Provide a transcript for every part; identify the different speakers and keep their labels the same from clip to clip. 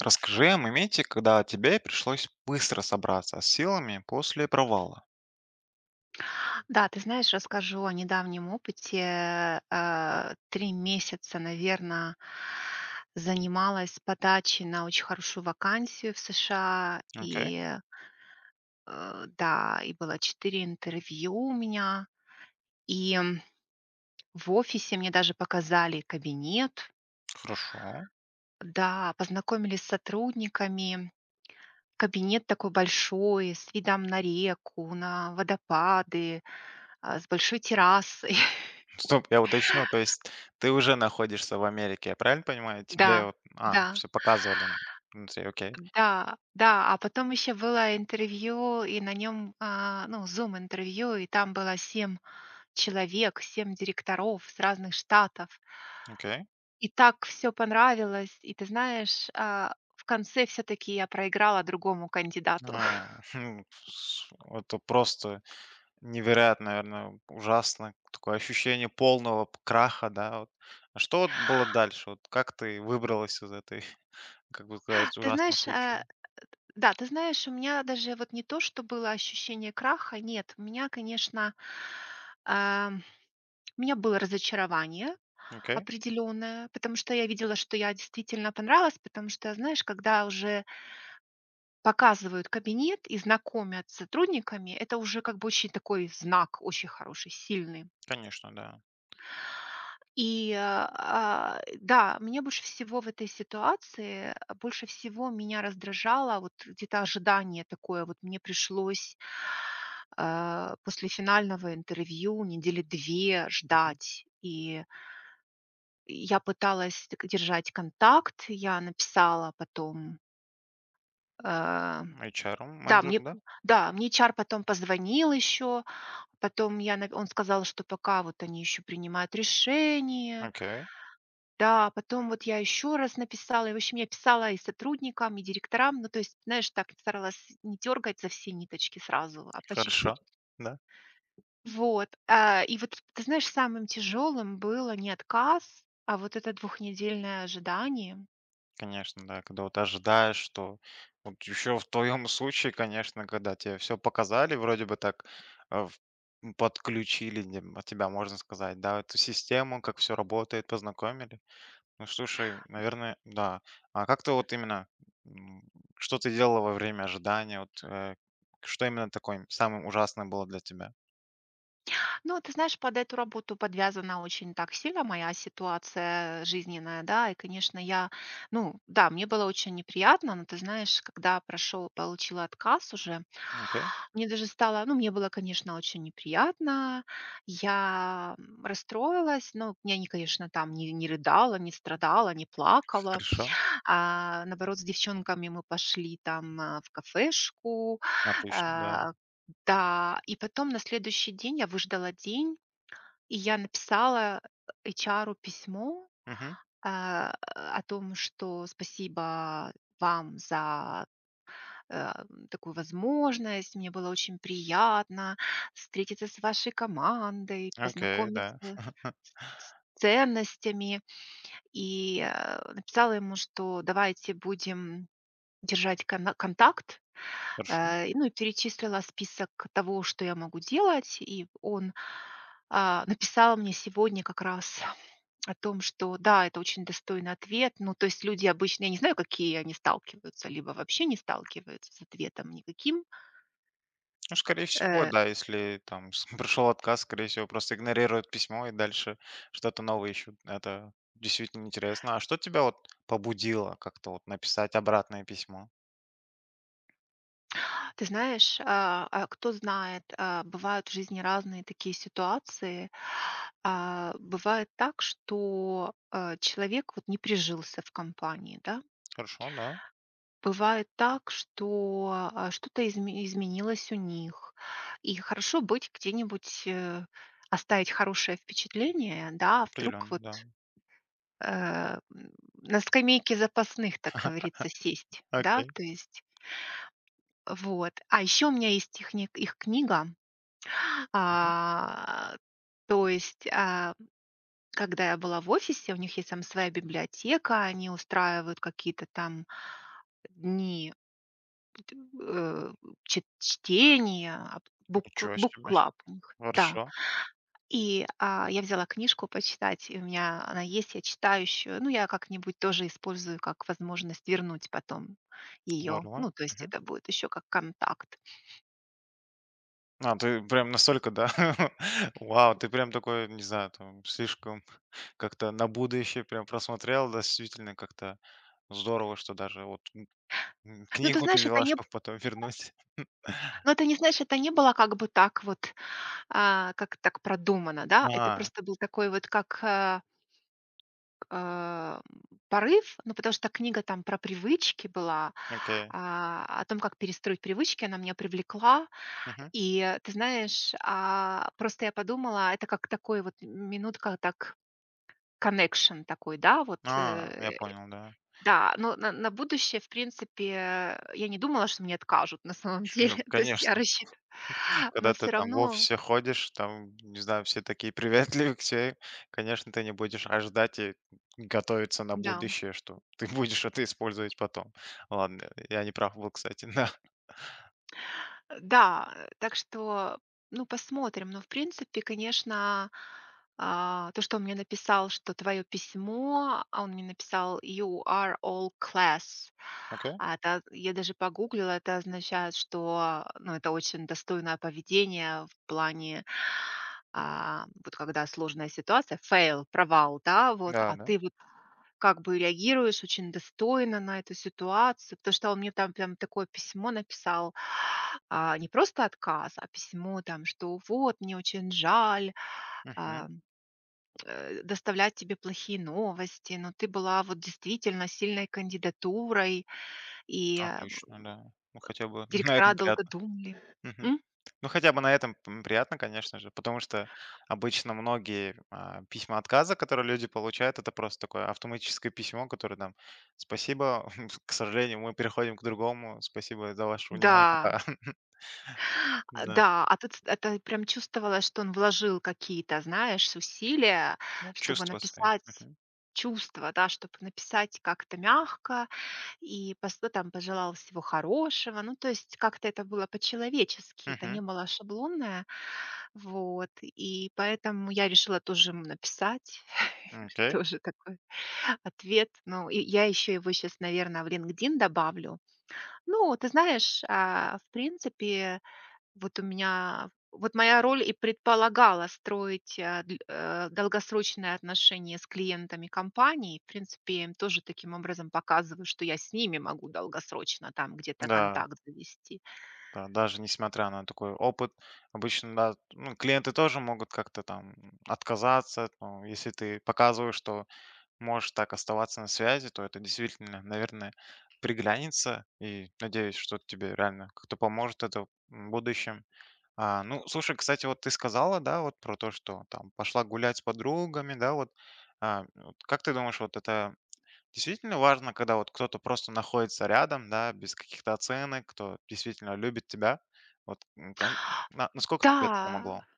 Speaker 1: Расскажи о моменте, когда тебе пришлось быстро собраться с силами после провала.
Speaker 2: Да, ты знаешь, расскажу о недавнем опыте. 3 месяца, наверное, занималась подачей на очень хорошую вакансию в США.
Speaker 1: Окей,
Speaker 2: И, да, и было 4 интервью у меня. И в офисе мне даже показали кабинет.
Speaker 1: хорошо.
Speaker 2: Да, познакомились с сотрудниками. Кабинет такой большой, с видом на реку, на водопады, с большой террасой.
Speaker 1: Стоп, я уточню, то есть ты уже находишься в Америке, я правильно понимаю?
Speaker 2: Да,
Speaker 1: Тебе вот,
Speaker 2: да.
Speaker 1: все показывали внутри, окей,
Speaker 2: Да, да, а потом еще было интервью, и на нем, ну, зум-интервью, и там было 7 человек, 7 директоров с разных штатов.
Speaker 1: окей.
Speaker 2: И так все понравилось. И ты знаешь, в конце все таки я проиграла другому кандидату.
Speaker 1: А, Это просто невероятно, наверное, ужасно. Такое ощущение полного краха, да. Вот. А что вот было дальше? Вот как ты выбралась из этой, как бы сказать,
Speaker 2: Ты
Speaker 1: ужасного
Speaker 2: знаешь,
Speaker 1: случая?
Speaker 2: э, да, ты знаешь, у меня даже вот не то, что было ощущение краха, нет, у меня, конечно, ам, у меня было разочарование.
Speaker 1: Окей,
Speaker 2: Определенная, потому что я видела, что я действительно понравилась, потому что, знаешь, когда уже показывают кабинет и знакомят с сотрудниками, это уже как бы очень такой знак, очень хороший, сильный.
Speaker 1: конечно, да.
Speaker 2: И, да, мне больше всего в этой ситуации, больше всего меня раздражало вот где-то ожидание такое. Вот мне пришлось, после финального интервью недели 2 ждать. И я пыталась так держать контакт, я написала потом, э,
Speaker 1: HR-ом,
Speaker 2: да, мне
Speaker 1: менеджером, да?
Speaker 2: да, мне HR потом позвонил еще, потом я на он сказал, что пока вот они еще принимают решение.
Speaker 1: Окей,
Speaker 2: Да, потом вот я еще раз написала, и, в общем, я писала и сотрудникам, и директорам, ну, то есть, знаешь, так старалась не дергать за все ниточки сразу, а по
Speaker 1: хорошо.
Speaker 2: чуть-чуть.
Speaker 1: Да,
Speaker 2: Вот, и вот, ты знаешь, самым тяжелым было не отказ, а вот это двухнедельное ожидание.
Speaker 1: конечно, да. Когда вот ожидаешь, что вот еще в твоем случае, конечно, когда тебе все показали, вроде бы так э, в- подключили от тебя, можно сказать, да, эту систему, как все работает, познакомили. Ну, слушай, наверное, да. А как ты вот именно, м, что ты делала во время ожидания, вот, что именно такое самым ужасным было для тебя?
Speaker 2: Ну, ты знаешь, под эту работу подвязана очень так сильно моя ситуация жизненная, да, и, конечно, я, ну, да, мне было очень неприятно, но ты знаешь, когда прошел, получила отказ уже,
Speaker 1: Окей,
Speaker 2: мне даже стало, ну, мне было, конечно, очень неприятно, я расстроилась, но я, не, конечно, там не рыдала, не страдала, не плакала,
Speaker 1: хорошо,
Speaker 2: а, наоборот, с девчонками мы пошли там, в кафешку.
Speaker 1: отлично, да.
Speaker 2: А, да, и потом на следующий день я выждала день, и я написала эйчару письмо,
Speaker 1: Мгм,
Speaker 2: о том, что спасибо вам за, э, такую возможность. Мне было очень приятно встретиться с вашей командой,
Speaker 1: окей, да,
Speaker 2: познакомиться с ценностями. И, написала ему, что давайте будем Держать кана контакт,
Speaker 1: хорошо.
Speaker 2: ну и перечислила список того, что я могу делать. И он, написал мне сегодня как раз о том, что да, это очень достойный ответ. Ну, то есть люди обычно, я не знаю, какие они сталкиваются, либо вообще не сталкиваются с ответом никаким.
Speaker 1: Ну, скорее всего,
Speaker 2: Э,
Speaker 1: да, если там с пришел отказ, скорее всего, просто игнорируют письмо и дальше что-то новое ищут. Это действительно интересно. А что тебя вот побудило как-то вот написать обратное письмо?
Speaker 2: ты знаешь, кто знает, бывают в жизни разные такие ситуации. Бывает так, что, человек вот не прижился в компании, да.
Speaker 1: Хорошо, да,
Speaker 2: Бывает так, что, что-то изменилось у них. И хорошо быть где-нибудь, оставить хорошее впечатление, да, а вдруг
Speaker 1: определенно,
Speaker 2: вот,
Speaker 1: да.
Speaker 2: э, на скамейке запасных, так говорится, сесть, да,
Speaker 1: Окей.
Speaker 2: то есть вот. А еще у меня есть их ни их книга.
Speaker 1: Мгм.
Speaker 2: А, то есть, когда я была в офисе, у них есть там своя библиотека, они устраивают какие-то там дни э, чт чтения, ап бук
Speaker 1: Ничего себе.
Speaker 2: бук-клаб у них, да.
Speaker 1: Хорошо.
Speaker 2: И, я взяла книжку почитать, и у меня она есть, я читаю ещё. Ну, я как-нибудь тоже использую как возможность вернуть потом ее.
Speaker 1: Здорово.
Speaker 2: Ну, то есть
Speaker 1: Мгм.
Speaker 2: это будет еще как контакт.
Speaker 1: А, ты прям настолько, да? Вау, ты прям такой, не знаю, там, слишком как-то на будущее прям просмотрел, да, действительно как-то здорово, что даже вот
Speaker 2: Ну ты
Speaker 1: книгу ты
Speaker 2: знаешь,
Speaker 1: взяла, чтобы потом вернуть.
Speaker 2: это не, знаешь, это не было как бы так вот, как так продумано, да. Это
Speaker 1: А,
Speaker 2: просто был такой вот как, А, м, порыв, ну, потому что книга там про привычки была,
Speaker 1: окей.
Speaker 2: о том, как перестроить привычки, она меня привлекла.
Speaker 1: Мгм.
Speaker 2: И ты знаешь, просто я подумала, это как такой вот минутка так connection такой, да, вот,
Speaker 1: А, я понял, да.
Speaker 2: да, но на будущее, в принципе, я не думала, что мне откажут на самом деле,
Speaker 1: Ну,
Speaker 2: то есть я
Speaker 1: конечно,
Speaker 2: рассчитывала, но
Speaker 1: когда ты
Speaker 2: все
Speaker 1: там в
Speaker 2: равно,
Speaker 1: офисе ходишь, там, не знаю, все такие приветливые к тебе, конечно, ты не будешь ожидать и готовиться на
Speaker 2: да.
Speaker 1: будущее, что ты будешь это использовать потом. Ладно, я не прав был, кстати, да.
Speaker 2: Да, так что, ну, посмотрим. Но, в принципе, конечно, то, что он мне написал, что твое письмо, а он мне написал "You are all class".
Speaker 1: Окей,
Speaker 2: А это я даже погуглила, это означает, что, ну, это очень достойное поведение в плане, вот когда сложная ситуация, fail, провал, да, вот,
Speaker 1: да,
Speaker 2: а
Speaker 1: да.
Speaker 2: ты вот как бы реагируешь очень достойно на эту ситуацию, потому что он мне там прям такое письмо написал, не просто отказ, а письмо там, что вот, мне очень жаль
Speaker 1: Мгм.
Speaker 2: а, доставлять тебе плохие новости, но ты была вот действительно сильной кандидатурой, и
Speaker 1: Отлично, да. Ну, хотя бы на этом
Speaker 2: директора долго
Speaker 1: приятно.
Speaker 2: думали.
Speaker 1: Мгм.
Speaker 2: М?
Speaker 1: Ну, хотя бы на этом приятно, конечно же, потому что обычно многие письма отказа, которые люди получают, это просто такое автоматическое письмо, которое там «Спасибо, к сожалению, мы переходим к другому, спасибо за ваше внимание,
Speaker 2: Да,
Speaker 1: пока». Да,
Speaker 2: да, а тут это прям чувствовалось, что он вложил какие-то, знаешь, усилия,
Speaker 1: ну,
Speaker 2: чтобы
Speaker 1: чувства свои.
Speaker 2: написать
Speaker 1: Мгм.
Speaker 2: чувства, да, чтобы написать как-то мягко, и пос ну, там пожелал всего хорошего. Ну, то есть как-то это было по-человечески, это не
Speaker 1: Мгм.
Speaker 2: было шаблонное. Вот, и поэтому я решила тоже ему написать,
Speaker 1: Окей.
Speaker 2: тоже такой ответ. Ну, и я еще его сейчас, наверное, в LinkedIn добавлю. Ну, ты знаешь, в принципе, вот у меня вот моя роль и предполагала строить, долгосрочные отношения с клиентами компании. В принципе, я им тоже таким образом показываю, что я с ними могу долгосрочно там где-то
Speaker 1: Да,
Speaker 2: контакт завести.
Speaker 1: да, даже несмотря на такой опыт, обычно, да, ну, клиенты тоже могут как-то там отказаться, ну, если ты показываешь, что можешь так оставаться на связи, то это действительно, наверное, приглянется. И надеюсь, что тебе реально как-то поможет это в будущем. А, ну, слушай, кстати, вот ты сказала, да, вот про то, что там пошла гулять с подругами, да, вот, вот как ты думаешь, вот это действительно важно, когда вот кто-то просто находится рядом, да, без каких-то оценок, кто действительно любит тебя? Вот насколько тебе это помогло?
Speaker 2: Да,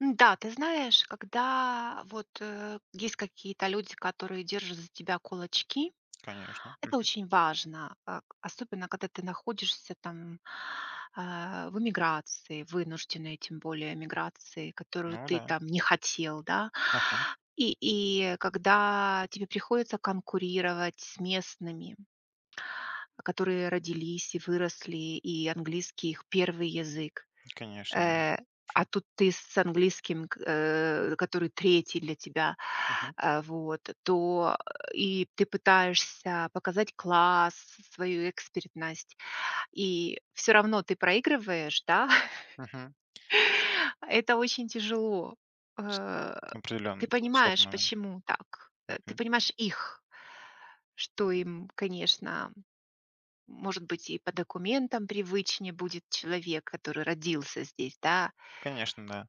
Speaker 2: м-да, ты знаешь, когда вот, есть какие-то люди, которые держат за тебя кулачки.
Speaker 1: Конечно.
Speaker 2: Это
Speaker 1: Мгм.
Speaker 2: очень важно, особенно когда ты находишься там в эмиграции, вынужденной, тем более эмиграции, которую
Speaker 1: Ну
Speaker 2: ты
Speaker 1: да.
Speaker 2: там не хотел, да.
Speaker 1: Ага.
Speaker 2: И когда тебе приходится конкурировать с местными, которые родились и выросли, и английский их первый язык,
Speaker 1: Конечно, да.
Speaker 2: Э, а тут ты с английским, который третий для тебя,
Speaker 1: Мгм.
Speaker 2: вот, и ты пытаешься показать класс, свою экспертность, и все равно ты проигрываешь, да.
Speaker 1: Мгм.
Speaker 2: Это очень тяжело. Э, ты
Speaker 1: Определенно, это сложный
Speaker 2: понимаешь,
Speaker 1: момент.
Speaker 2: почему так. Ты
Speaker 1: Мгм.
Speaker 2: понимаешь их, что им, конечно, может быть, и по документам привычнее будет человек, который родился здесь, да.
Speaker 1: Конечно, да.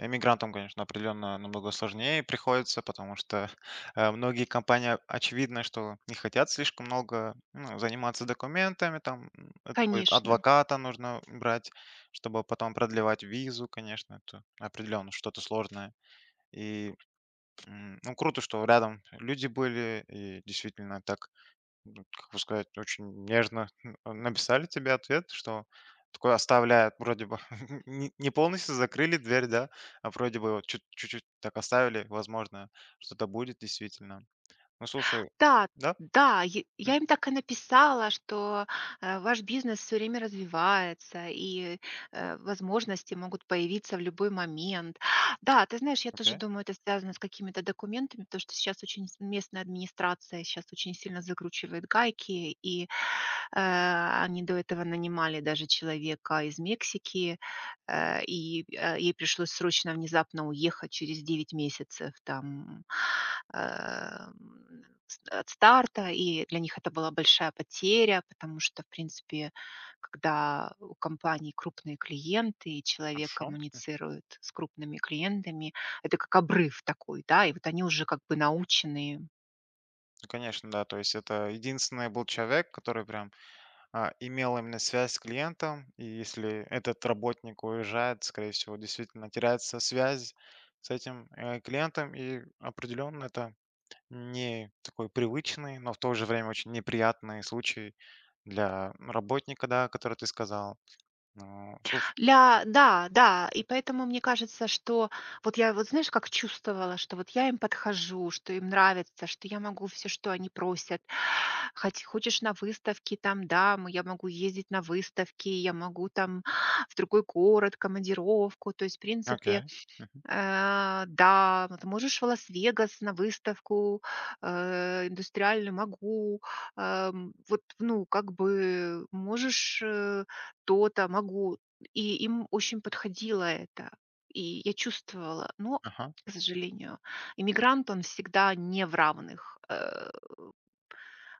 Speaker 1: Эмигрантам, конечно, определенно намного сложнее приходится, потому что многие компании очевидно, что не хотят слишком много ну, заниматься документами, там это будет
Speaker 2: Конечно.
Speaker 1: адвоката нужно брать, чтобы потом продлевать визу, конечно, это определенно что-то сложное. И ну круто, что рядом люди были, и действительно так как бы сказать, очень нежно написали тебе ответ, что такой оставляет вроде бы не полностью закрыли дверь, да, а вроде бы вот чуть-чуть так оставили, возможно, что-то будет действительно. Ну, слушай,
Speaker 2: Да,
Speaker 1: да?
Speaker 2: да, я
Speaker 1: Мгм.
Speaker 2: я им так и написала, что, ваш бизнес все время развивается, и, возможности могут появиться в любой момент. Да, ты знаешь, я тоже
Speaker 1: Окей,
Speaker 2: думаю, это связано с какими-то документами, потому что сейчас очень с местная администрация сейчас очень сильно закручивает гайки, и, они до этого нанимали даже человека из Мексики, и ей пришлось срочно внезапно уехать через 9 месяцев там, эм, от старта, и для них это была большая потеря, потому что, в принципе, когда у компании крупные клиенты, и человек
Speaker 1: хорошо.
Speaker 2: коммуницирует с крупными клиентами, это как обрыв такой, да, и вот они уже как бы научены.
Speaker 1: Ну, конечно, да, то есть это единственный был человек, который прям, имел именно связь с клиентом. И если этот работник уезжает, скорее всего, действительно теряется связь с этим, клиентом. И определенно это не такой привычный, но в то же время очень неприятный случай для работника, да, который ты сказал. Ну, слушай,
Speaker 2: Ля, да, да. И поэтому мне кажется, что вот я вот знаешь, как чувствовала, что вот я им подхожу, что им нравится, что я могу все, что они просят. Хоть хочешь на выставки там, да, мы я могу ездить на выставки, я могу там в другой город, командировку. То есть, в
Speaker 1: окей.
Speaker 2: принципе,
Speaker 1: Мгм.
Speaker 2: Да, вот можешь в Лас-Вегас на выставку, индустриальную могу. Вот, ну, как бы можешь, то-то, могу. И им очень подходило это. И я чувствовала, но,
Speaker 1: Ага.
Speaker 2: к сожалению, иммигрант, он всегда не в равных,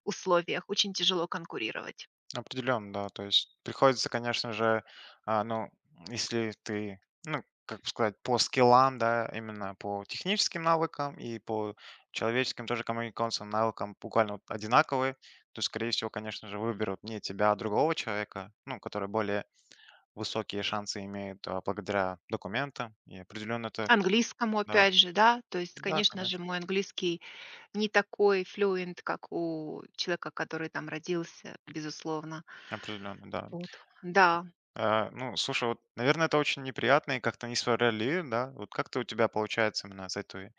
Speaker 2: условиях. Очень тяжело конкурировать.
Speaker 1: Определенно, да. То есть приходится, конечно же, ну, если ты, ну, как бы сказать, по скиллам, да, именно по техническим навыкам и по человеческим тоже коммуникационным навыкам буквально вот одинаковые, то, скорее всего, конечно же, выберут не тебя, а другого человека, ну, который более высокие шансы имеют, благодаря документам, и определенно это
Speaker 2: Английскому
Speaker 1: да,
Speaker 2: опять же, да, то есть,
Speaker 1: да,
Speaker 2: конечно же,
Speaker 1: конечно,
Speaker 2: мой английский не такой флюент, как у человека, который там родился, безусловно.
Speaker 1: определенно, да.
Speaker 2: Вот. Да.
Speaker 1: А, ну, слушай, вот, наверное, это очень неприятно и как-то несправедливо, да? Вот как-то у тебя получается именно с этой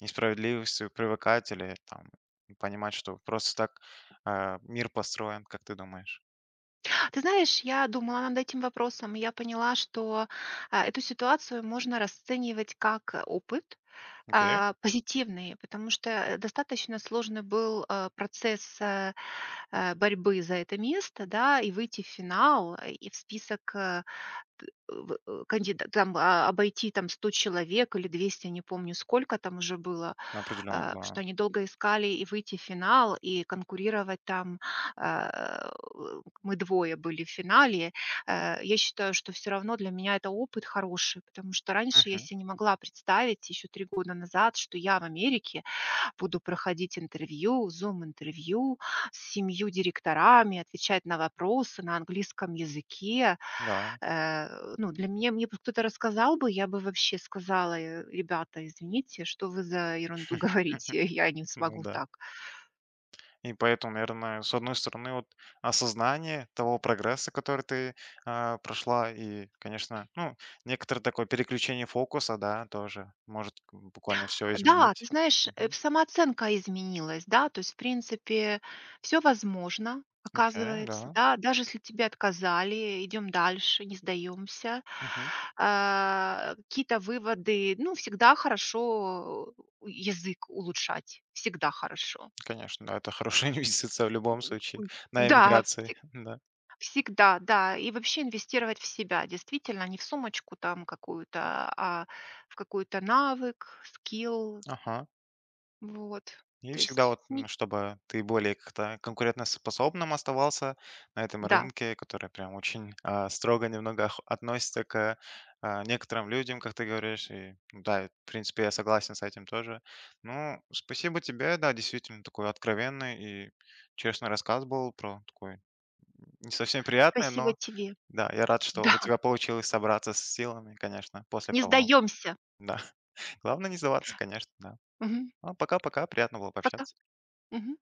Speaker 1: несправедливостью привыкать или там понимать, что просто так, мир построен, как ты думаешь?
Speaker 2: Ты знаешь, я думала над этим вопросом, и я поняла, что, эту ситуацию можно расценивать как, опыт,
Speaker 1: Окей,
Speaker 2: позитивный, потому что, достаточно сложный был, процесс, борьбы за это место, да, и выйти в финал, и в список, э, в э, кандида там, а, обойти там 100 человек или 200, не помню, сколько там уже было,
Speaker 1: определенно, да.
Speaker 2: что они долго искали и выйти в финал, и конкурировать там. а, Мы двое были в финале. Я считаю, что все равно для меня это опыт хороший, потому что раньше я
Speaker 1: Мгм.
Speaker 2: себе не могла представить, еще 3 года назад, что я в Америке буду проходить интервью, зум-интервью с семью директорами, отвечать на вопросы на английском языке,
Speaker 1: Да,
Speaker 2: Ну, для меня, мне бы кто-то рассказал бы, я бы вообще сказала: "Э, ребята, извините, что вы за ерунду говорите, я не
Speaker 1: ну
Speaker 2: смогу
Speaker 1: да.
Speaker 2: так".
Speaker 1: И поэтому, наверное, с одной стороны, вот осознание того прогресса, который ты прошла, и, конечно, ну, некоторое такое переключение фокуса, да, тоже может буквально все
Speaker 2: Да, ты
Speaker 1: изменить.
Speaker 2: знаешь,
Speaker 1: Мгм.
Speaker 2: самооценка изменилась, да, то есть, в принципе, все возможно,
Speaker 1: Окей,
Speaker 2: оказывается,
Speaker 1: да.
Speaker 2: да, даже если тебе отказали, идем дальше, не сдаемся.
Speaker 1: Мгм.
Speaker 2: Какие-то выводы, ну, всегда хорошо язык улучшать, всегда хорошо.
Speaker 1: Конечно, да, это хорошая инвестиция в любом случае
Speaker 2: М,
Speaker 1: на
Speaker 2: да,
Speaker 1: эмиграции, да.
Speaker 2: всегда, да. И вообще инвестировать в себя, действительно, не в сумочку там какую-то, а в какой-то навык, скилл.
Speaker 1: Ага.
Speaker 2: Вот.
Speaker 1: И
Speaker 2: То
Speaker 1: всегда
Speaker 2: есть,
Speaker 1: вот,
Speaker 2: ни
Speaker 1: чтобы ты более как-то конкурентоспособным оставался на этом
Speaker 2: да,
Speaker 1: рынке, который прям очень строго немного относится к некоторым людям, как ты говоришь. И ну да, в принципе, я согласен с этим тоже. Ну, спасибо тебе, да, действительно такой откровенный и честный рассказ был про такой не совсем приятный,
Speaker 2: спасибо
Speaker 1: но
Speaker 2: тебе.
Speaker 1: да, я рад, что
Speaker 2: Да,
Speaker 1: у тебя получилось собраться с силами, конечно, после
Speaker 2: не
Speaker 1: провала.
Speaker 2: сдаемся.
Speaker 1: Да, главное не сдаваться, конечно, да.
Speaker 2: Мгм.
Speaker 1: Ну, пока-пока, приятно было
Speaker 2: Пока.
Speaker 1: пообщаться.
Speaker 2: Мгм.